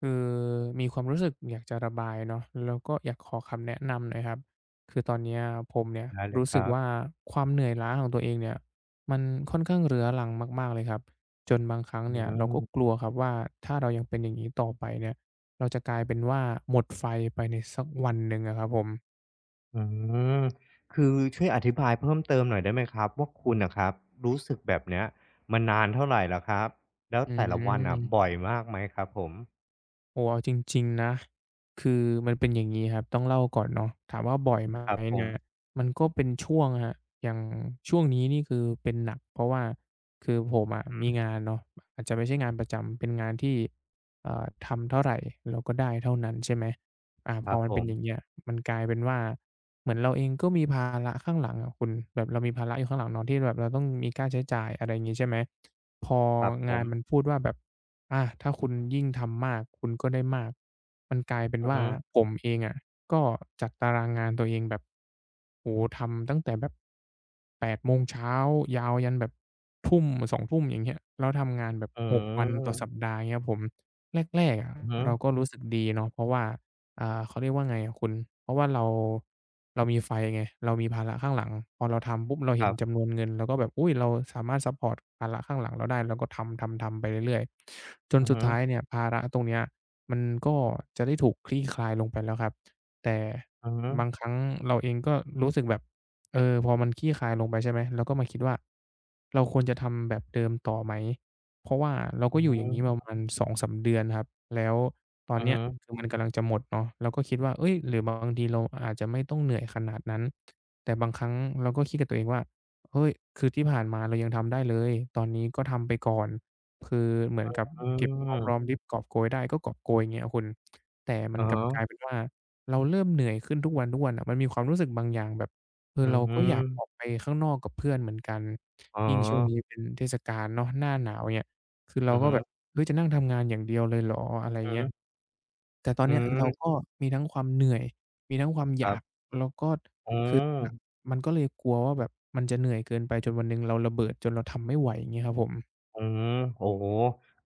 คือมีความรู้สึกอยากจะระบายเนาะแล้วก็อยากขอคำแนะนำหน่อยครับคือตอนเนี้ยผมเนี่ยได้เลยรู้คสึกรับว่าความเหนื่อยล้าของตัวเองเนี่ยมันค่อนข้างเรื้อรังมากๆเลยครับจนบางครั้งอืเนี่ยเราก็กมลัวครับว่าถ้าเรายังเป็นอย่างงี้ต่อไปเนี่ยเราจะกลายเป็นว่าหมดไฟไปในสักวันหนึ่งอะครับผมอืมคือช่วยอธิบายเพิ่มเติมหน่อยได้ไหมครับว่าคุณน่ะครับรู้สึกแบบเนี้ยมานานเท่าไรแล้วครับแล้วอืแต่ละวันน่ะม บ่อยมากไหมครับผมโอ้โเอาจริงๆนะคือมันเป็นอย่างงี้ครับต้องเล่าก่อนเนาะถามว่าบ่อยไหมครับผเนี่มยมันก็เป็นช่วงครับอย่างช่วงนี้นี่คือเป็นหนักเพราะว่าคือผมอะมีงานเนาะอาจจะไม่ใช่งานประจำเป็นงานที่ทำเท่าไรเราก็ได้เท่านั้นใช่ไหมอ่าคพอรับมันผเป็นมอย่างเงี้ยมันกลายเป็นว่าเหมือนเราเองก็มีภาระข้างหลังอะคุณแบบเรามีภาระอยู่ข้างหลังเนาะที่แบบเราต้องมีค่าใช้จ่ายอะไรอย่างงี้ใช่ไหมพอครับผงานมมันพูดว่าแบบ อาถ้าคุณยิ่งทำมากคุณก็ได้มากมันกลายเป็นอือว่าฮึผมเองอะก็จัดตารางงานตัวเองแบบโอ้โฮทำตั้งแต่แบบ8โมงเช้ายาวยันแบบทุ่มสอง2ุ่มอย่างเงี้ยแล้วทำงานแบบอื6วันต่อสัปมดาห์เงี้ยครับผมแรกๆอะอือฮึเราก็รู้สึกดีเนาะเพราะว่า อ่าเขาเรียกว่าไงอะคุณเพราะว่าเรามีไฟไงเรามีภาระข้างหลังพอเราทำปุ๊บเราคเห็นรับจำนวนเงินเราก็แบบอุ๊ยเราสามารถซัปพอร์ตภาระข้างหลังเราได้เราก็ทำๆๆไปเรื่อยๆจนอือสุดฮึท้ายเนี่ยภาระตรงเนี้ยมันก็จะได้ถูกคลี่คลายลงไปแล้วครับแต่อือฮึบางครั้งเราเองก็รู้สึกแบบเออพอมันคลี่คลายลงไปใช่ไหมเราก็มาคิดว่าเราควรจะทำแบบเดิมต่อไหม เพราะว่าเราอืก็ออฮยู่อย่างงี้ประึมาณ2-3เดือนครับแล้วตอนอือเนี้ยฮึคือมันกำลังจะหมดเนาะเราก็คิดว่าเฮ้ยหรือบางทีเราอาจจะไม่ต้องเหนื่อยขนาดนั้นแต่บางครั้งเราก็คิดกับตัวเองว่าเฮ้ยคือที่ผ่านมาเรายังทำได้เลยตอนนี้ก็ทำไปก่อนคือเหมือนกับอืเก็บหอมรอมมริบกอบโกยได้ก็กอบโกยอย่างเงี้ยคุณแต่มันอะกลับกลายฮะเป็นว่าเราเริ่มเหนื่อยขึ้นทุกวันๆอะมันมีความรู้สึกบางอย่างแบบเอออือเราฮึก็อยมากออกไปข้างนอกกับเพื่อนเหมือนกันอ๋อยิ่งช่วงนี้เป็นเทศกาลเนาะหน้าหนาวเงี้ย คือเราอือก็ฮึแบบเฮ้ยจะนั่งทำงานอย่างเดียวเลยเหรออะไรอือเงี้ฮึยแต่ตอนอืเนี้ยเรามก็มีทั้งความเหนื่อยมีทั้งความอคยารักบแล้วก็อืคือหนักม มันก็เลยกลัวว่าแบบมันจะเหนื่อยเกินไปจนวันหนึ่งเราระเบิดจนเราทำไม่ไหวอย่างงี้ครับผมอืมโอ้โห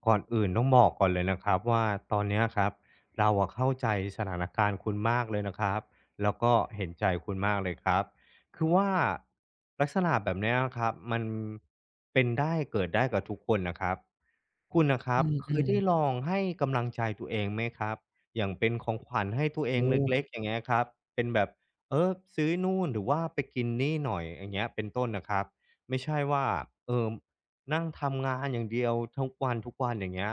ก่อนอื่นต้องบอกก่อนเลยนะครับว่าตอนเนี้ยครับเราอะเข้าใจสถานการณ์คุณมากเลยนะครับแล้วก็เห็นใจคุณมากเลยครับคือว่าลักษณะแบบเนี้ยครับมันเป็นได้เกิดได้กับทุกคนนะครับ คุณนะคอืรับเคยมได้ลๆองให้กำลังใจตัวเองไหมครับอย่างเป็นของขวัญให้ตัวเอโอ้งเล็กๆอย่างเงี้ยครับเป็นแบบเออซื้อนู่นหรือว่าไปกินนี่หน่อยอย่างเงี้ยเป็นต้นนะครับไม่ใช่ว่าเออนั่งทำงานอย่างเดียวทุกวันทุกวันอย่างเงี้ย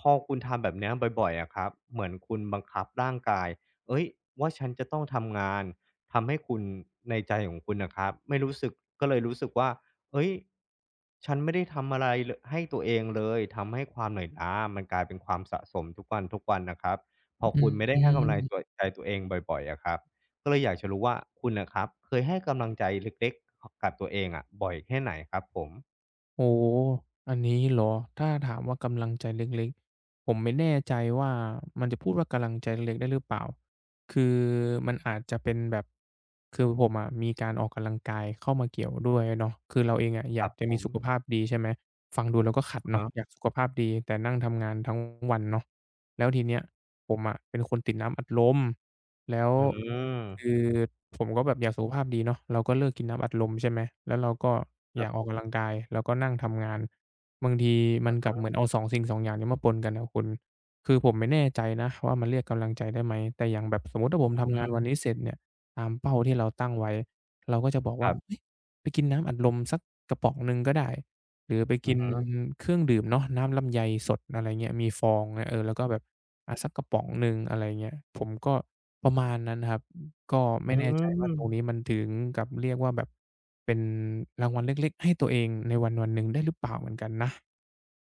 พอคุณทำแบบเนี้ยบ่อยๆอะครับเหมือนคุณบังคับร่างกายเอ้ยว่าฉันจะต้องทำงานทำให้คุณในใจของคุณนะครับไม่รู้สึกก็เลยรู้สึกว่า เฮ้ยฉันไม่ได้ทำอะไรเลยให้ตัวเองเลย ทำให้ความเหนื่อยล้ามันกลายเป็นความสะสมทุกวันทุกวันนะครับพออืคุณไม่ได้ให้กำลังตัม ใจตัวเองบ่อยๆอะครับก็เลยอยากจะรู้ว่าคุณน่ะครับเคยให้กำลังใจเล็กๆกับตัวเองอะบ่อยแค่ไหนครับผม โอ้อันนี้เหรอ ถ้าถามว่ากำลังใจเล็กๆ ผมไม่แน่ใจว่ามันจะพูดว่ากำลังใจเล็กๆได้หรือเปล่า คือมันอาจจะเป็นแบบ คือผมอะมีการออกกำลังกายเข้ามาเกี่ยวด้วยเนาะคือเราเองอะอคยารักบจะผมีมสุขภาพดีใช่ไหม ฟังดูแล้วก็ขัดอะเนาะฮะอยากสุขภาพดีแต่นั่งทำงานทั้งวันเนาะแล้วทีเนี้ยผมอะเป็นคนติดน้ำอัดลม แล้วอืคือ มผมก็แบบอยากสุขภาพดีเนาะเราก็เลิกกินน้ำอัดลมใช่ไหมแล้วเราก็คอรัยากออกบกำลังกายเราก็นั่งทำงานบางทีมันกลับเหมือนเอา2สิ่ง2องอย่างนี้มาปนกันอะคุณคือผมไม่แน่ใจนะว่ามันเรียกกำลังใจได้ไหมแต่อย่างแบบสมมุติถ้าผมทำอืงานวันนี้มเสร็จเนี่ยตามเป้าที่เราตั้งไว้เราก็จะบอกคว่ารัเฮ้บยไปกินน้ำอัดลมสักกระป๋องหนึ่งก็ได้หรือไปอืกินอเครื่องดื่มเนาะน้ำลำไยสดอะไรเงี้ยมีฟองเงี้ยเออแล้วก็แบบอาสักกระป๋องหนึ่งอะไรเงี้ยผมก็ประมาณนั้นครับ ก็ไม่อืแน่ใจว่าตรงนี้ม มันถึงกับเรียกว่าแบบเป็นรางวัลเล็กๆให้ตัวเองในวันวันหนึ่งได้หรือเปล่าเหมือนกันนะ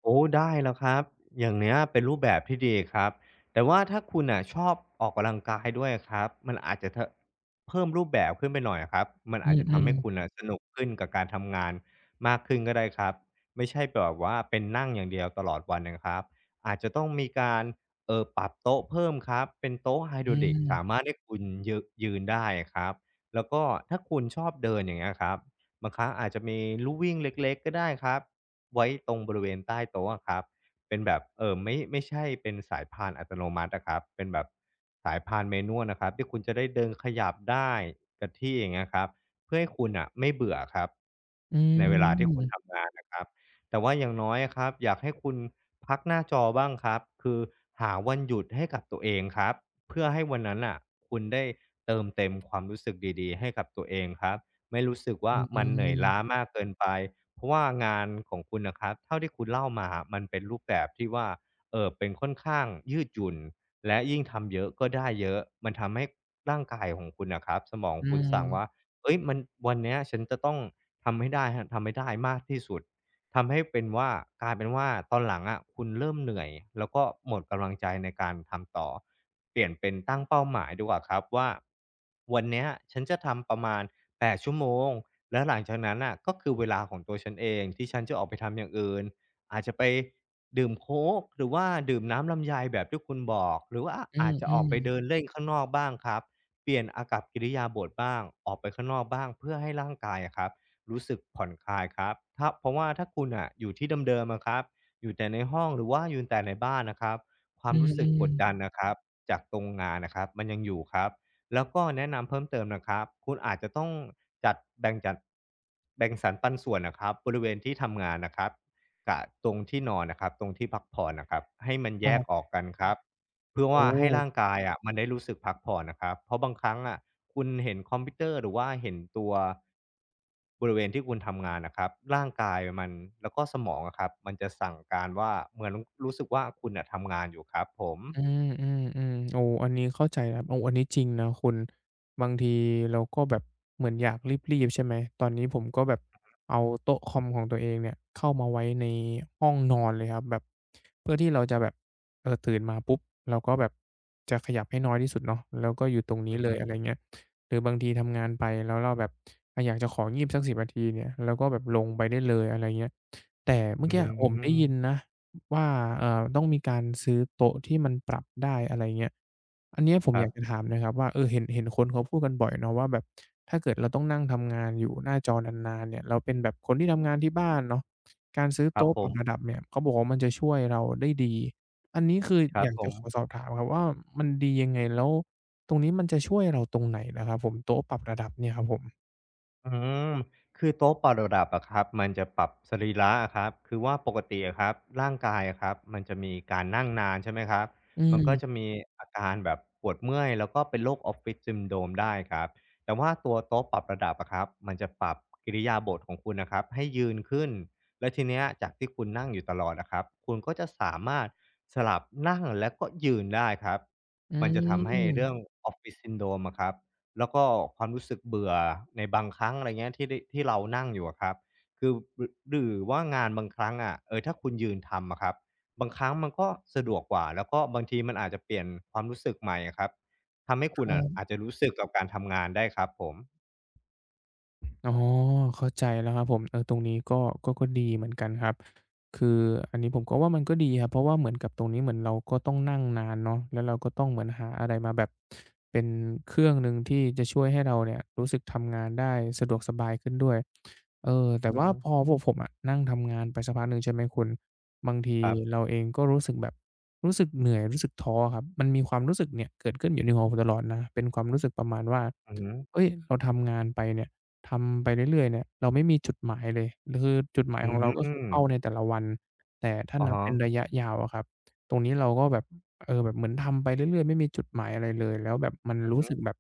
โอ้ได้แล้วครับอย่างเนี้ยเป็นรูปแบบที่ดีครับแต่ว่าถ้าคุณอ่ะชอบออกกำลังกายด้วยอะครับมันอาจจะเพิ่มรูปแบบขึ้นไปหน่อยะครับมันอือาจจะทำมให้ๆคุณอ่ะสนุกขึ้นกับการทำงานมากขึ้นก็ได้ครับไม่ใช่แบบว่าเป็นนั่งอย่างเดียวตลอดวันนะครับอาจจะต้องมีการปรับโต๊ะเพิ่มครับเป็นโต๊ะไฮดอืรอลิกสามารมถให้คุณยืยืนได้อครับแล้วก็ถ้าคุณชอบเดินอย่างเงี้ยครับบางครั้งอาจจะมีลู่วิ่งเล็กๆก็ได้ครับ ไว้ตรงบริเวณใต้โต๊ะอะครับเป็นแบบไม่ใช่เป็นสายพานอัตโนมัติอะครับเป็นแบบสายพาน manual นะครับที่คุณจะได้เดินขยับได้กับที่อย่างเงี้ยครับเพื่อให้คุณน่ะไม่เบื่ออะครับอืในเวลาที่คุณมทำงานนะครับแต่ว่าอย่างน้อยอะครับอยากให้คุณพักหน้าจอบ้างครับคือหาวันหยุดให้กับตัวเองครับเพื่อให้วันนั้นน่ะคุณได้เติมเต็มความรู้สึกดีๆให้กับตัวเองครับไม่รู้สึกอืว่ามันเหนื่อยมล้ามากเกินไป เพราะว่างานของคุณนะครับเท่าที่คุณเล่ามามันเป็นรูปแบบที่ว่าเป็นค่อนข้างยืดหยุ่นและยิ่งทำเยอะก็ได้เยอะมันทำให้ร่างกายของคุณนะครับสมองอืคุณสั่งว่ามเอ้ยมันวันเนี้ยฉันจะต้องทำให้ได้ฮะทำให้ได้มากที่สุดทำให้เป็นว่ากลายเป็นว่าตอนหลังอะคุณเริ่มเหนื่อยแล้วก็หมดกำลังใจในการทำต่อเปลี่ยนเป็นตั้งเป้าหมายดีกว่าครับว่าวันเนี้ยฉันจะทำประมาณ8 ชั่วโมง แล้วหลังจากนั้นน่ะก็คือเวลาของตัวฉันเองที่ฉันจะออกไปทำอย่างอื่นอาจจะไปดื่มโค้กหรือว่าดื่มน้ำลำไยแบบที่คุณบอกหรือว่าอือามจจะอืออกมไปเดินเล่นข้างนอกบ้างครับเปลี่ยนอากัปกิริยาบถบ้างออกไปข้างนอกบ้างเพื่อให้ร่างกายอะครับรู้สึกผ่อนคลายครับถ้าเพราะว่าถ้าคุณน่ะอยู่ที่เดิมๆอะครับอยู่แต่ในห้องหรือว่าอยู่แต่ในบ้านนะครับควาอืมมรู้ๆอืสึกกมดดันๆนะครับจากตรงงานนะครับมันยังอยู่ครับ แล้วก็แนะนำเพิ่มเติมนะครับคุณอาจจะต้องจัดแบ่งสรรปันส่วนนะครับบริเวณที่ทำงานนะครับกับตรงที่นอนนะครับตรงที่พักผ่อนนะครับให้มันคแยรกอับอกกันครับเพื่อโอ้ ว่าให้ร่างกายอะมันได้รู้สึกพักผ่อนนะครับเพราะบางครั้งอะคุณเห็นคอมพิวเตอร์หรือว่าเห็นตัวบริเวณที่คุณทำงานนะครับร่างกายมันแล้วก็สมองอะครับมันจะสั่งการว่าเหมือนรู้สึกว่าคุณอ่ะทำงานอยู่ครับผมอืมอืมอืมโอ้อันนี้เข้าใจครับโอ้อันนี้จริงนะคุณบางทีเราก็แบบเหมือนอยากรีบๆใช่ไหมตอนนี้ผมก็แบบเอาโต๊ะคอมของตัวเองเนี่ยเข้ามาไว้ในห้องนอนเลยครับแบบเพื่อที่เราจะแบบเออตื่นมาปุ๊บเราก็แบบจะขยับให้น้อยที่สุดเนาะแล้วก็อยู่ตรงนี้อืเลยมอะไรเงี้ยหรือบางทีทำงานไปแล้วเราแบบอะอยากจะของีบสัก10 นาทีเนี่ยเราก็แบบลงไปได้เลยอะไรเงี้ยแต่อืเมื่ออืกี้มผมได้ยินมนะ ว่าต้องมีการซื้อโต๊ะที่มันปรับได้อะไรเงี้ยอันเนี้ยผมคอรัยากจะบถามหน่อยครับว่าเออเห็นคนเขาพูดกันบ่อยเนาะว่าแบบถ้าเกิดเราต้องนั่งทำงานอยู่หน้าจอนานๆเนี่ยเราเป็นแบบคนที่ทำงานที่บ้านเนาะการซื้อครับโต๊ะผปรับระดับม เนี่ยเขาบอกว่ามันจะช่วยเราได้ดีอันนี้คือครัอบยากผจะมขอสอบถามครับว่ามันดียังไงแล้วตรงนี้มันจะช่วยเราตรงไหนเหรอครับผมโต๊ะปรับระดับเนี่ยครับผมอืมคือโต๊ะปรับระดับอะครับมันจะปรับสรีระอะครับคือว่าปกติอะครับร่างกายอะครับมันจะมีการนั่งนานใช่ไหมครับอืมันก็มจะมีอาการแบบปวดเมื่อยแล้วก็เป็นโรค Office Syndrome ได้ครับแต่ว่าตัวโต๊ะปรับระดับอะครับมันจะปรับกิริยาบถของคุณน่ะครับให้ยืนขึ้นแล้วทีเนี้ยจากที่คุณนั่งอยู่ตลอดอะครับคุณก็จะสามารถสลับนั่งและก็ยืนได้ครับอืมันจะทำให้เรื่อง ม Office Syndrome อะครับ แล้วก็ความรู้สึกเบื่อในบางครั้งอะไรเงี้ยที่ได้ที่เรานั่งอยู่อะครับคือหรอหรือว่างานบางครั้งอะเออถ้าคุณยืนทำอะครับบางครั้งมันก็สะดวกกว่าแล้วก็บางทีมันอาจจะเปลี่ยนความรู้สึกใหม่อะครับทำให้คคุณรัอ่ะบ อาจจะรู้สึกกับการทำงานได้ครับผมอ๋อเข้าใจแล้วครับผมเออตรงนี้ก็ดีเหมือนกันครับคืออันนี้ผมก็ว่ามันก็ดีครับเพราะว่าเหมือนกับตรงนี้เหมือนเราก็ต้องนั่งนานเนาะแล้วเราก็ต้องเหมือนหาอะไรมาแบบเป็นเครื่องหนึ่งที่จะช่วยให้เราเนี่ยรู้สึกทำงานได้สะดวกสบายขึ้นด้วยเอออืแต่อฮึว่าพอพวกผมอะนั่งทำงานไปสักพักหนึ่งใช่ไหมคุณบางทีครัเราบเองก็รู้สึกแบบรู้สึกเหนื่อยรู้สึกท้อครับมันมีความรู้สึกเนี่ยเกิดขึ้นอยู่ในหัวผมตลอดนะเป็นความรู้สึกประมาณว่าอือฮึเฮ้ยเราทำงานไปเนี่ย ทำไปเรื่อยๆเนี่ยเราไม่มีจุดหมายเลยคือจุดหมายอืของเราก็คือเป้าในมแต่ละวันแต่ถ้าอะนับฮะเป็นระยะยาวอะครับตรงนี้เราก็แบบเออแบบเหมือนทำไปเรื่อยๆไม่มีจุดหมายอะไรเลยแล้วแบบมันรู้สึกแบบ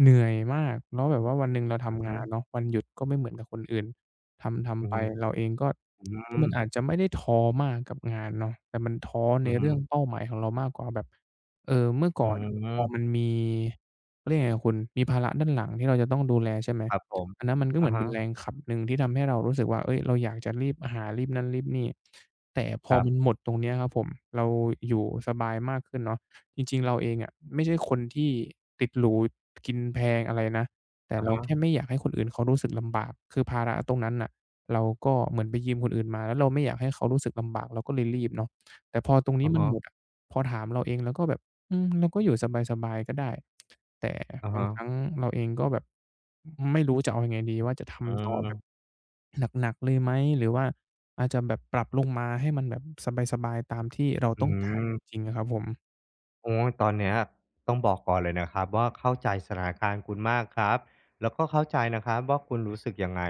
เหนื่อยมากแล้วแบบว่าวันหนึ่งเราอือทำฮึงานเนาะวันหยุดก็ไม่เหมือนกับคนอื่นทำอืๆอไปฮึเราเองก็อืคือมมันอาจจะไม่ได้ท้อมากกับงานเนาะแต่มันท้อในอือฮึเรื่องเป้าหมายของเรามากกว่าแบบเออเมื่อก่อือนพอมันมมีเขาเรียกยังไงอะคุณมีภาระด้านหลังที่เราจะต้องดูแลใช่ไหม ครับผมอันนั้นมันก็เหอะมือนเป็ฮะนแรงขับหนึ่งที่ทำให้เรารู้สึกว่าเฮ้ยเราอยากจะรีบหารีบนั่นรีบนี่แต่พคอรัมันหมบดตรงเนี้ยครับผมเราอยู่สบายมากขึ้นเนาะจริงๆเราเองอะไม่ใช่คนที่ติดหรูกินแพงอะไรนะแต่อาเราแค่ฮะไม่อยากให้คนอื่นเขารู้สึกลำบากคือภาระตรงนั้นน่ะเราก็เหมือนไปยืมคนอื่นมาแล้วเราไม่อยากให้เขารู้สึกลำบากเราก็เลยรีบเนาะแต่พอตรงนี้อ่ามันหมดฮอะพอถามเราเองเราก็แบบอืมเราก็อยู่สบายๆก็ได้ แต่บางะคๆรั้งๆเราเองก็แบบไม่รู้จะเอายังไงดีว่าจะอืทำต่อแบบมหนักๆเลยไหมหรือว่าอาจจะแบบปรับลงมาให้มันแบบสบายๆตามที่เราอืต้องการจม ริงๆอะครับผมโอ้ยตอนเนี้ยต้องบอกก่อนเลยนะครับว่าเข้าใจสถานการณ์คุณมากครับแล้วก็เข้าใจนะครับว่าคุณรู้สึกยังไง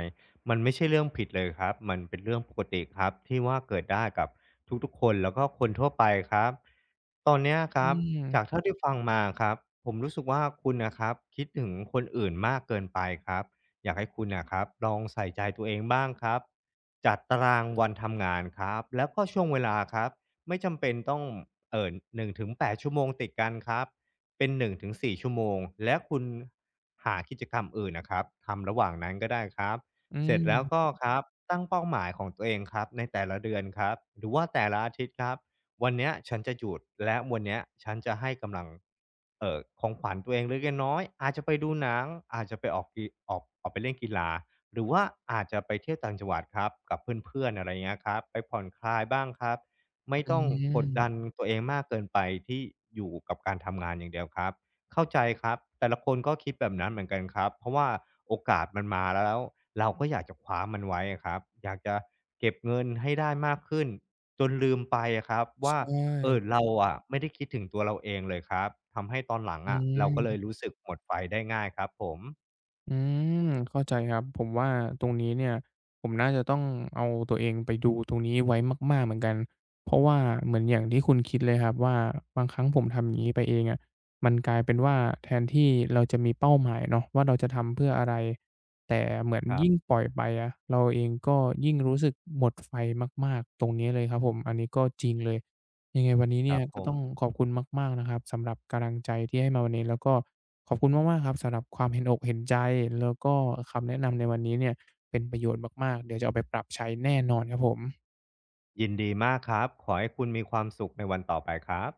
มันไม่ใช่เรื่องผิดเลยครับมันเป็นเรื่องปกติครับที่ว่าเกิดได้กับทุกๆคนแล้วก็คนทั่วไปครับตอนเนี้ยคอืรับมจากเท่าที่ฟังมาครับผมรู้สึกว่าคุณน่ะครับคิดถึงคนอื่นมากเกินไปครับอยากให้คุณน่ะครับลองใส่ใจตัวเองบ้างครับจัดตารางวันทำงานครับแล้วก็ช่วงเวลาครับ ไม่จำเป็นต้องเอ่อ1-8ชั่วโมงติดกันครับเป็น1-4ชั่วโมงและคุณหากิจกรรมอื่นนะครับทำระหว่างนั้นก็ได้ครับอืเสร็จแล้วก็มครับตั้งเป้าหมายของตัวเองครับในแต่ละเดือนครับหรือว่าแต่ละอาทิตย์ครับวันเนี้ยฉันจะหยุดและวันเนี้ยฉันจะให้กำลังของขวัญตัวเองเล็กน้อยอาจจะไปดูหนังอาจจะไปออกกีออกออกไปเล่นกีฬาหรือว่าอาจจะไปเที่ยวต่างจังหวัดครับกับเพื่อนๆอะไรเงี้ยครับไปผ่อนคลายบ้างครับ ไม่อืต้องกดดันมตัวเองมากเกินไปที่อยู่กับการทำงานอย่างเดียวครับเข้าใจครับแต่ละคนก็คิดแบบนั้นเหมือนกันครับเพราะว่าโอกาสมันมาแล้วเราก็อยากจะคว้ามันไว้อะครับอยากจะเก็บเงินให้ได้มากขึ้นจนลืมไปอะครับใชว่าเออ่เราอะไม่ได้คิดถึงตัวเราเองเลยครับทำให้ตอนหลังอือะเราก็เลยม รู้สึกหมดไฟได้ง่ายครับผมอืมเข้าใจครับผมว่าตรงนี้เนี่ยผมน่าจะต้องเอาตัวเองไปดูตรงนี้ไว้มากๆเหมือนกันเพราะว่าเหมือนอย่างที่คุณคิดเลยครับว่าบางครั้งผมทำอย่างนี้ไปเองอะมันกลายเป็นว่าแทนที่เราจะมีเป้าหมายเนาะว่าเราจะทำเพื่ออะไรแต่เหมือนครัยิ่งบปล่อยไปอะเราเองก็ยิ่งรู้สึกหมดไฟมากๆตรงนี้เลยครับผมอันนี้ก็จริงเลยยังไงวันนี้คเนี่รัยบผก็มต้องขอบคุณมากๆนะครับสำหรับกำลังใจที่ให้มาวันนี้แล้วก็ ขอบคุณมากๆครับสำหรับความเห็นอกเห็นใจแล้วก็คำแนะนำในวันนี้เนี่ยเป็นประโยชน์มากๆเดี๋ยวจะเอาไปปรับใช้แน่นอนครับผมยินดีมากครับขอให้คุณมีความสุขในวันต่อไปครับ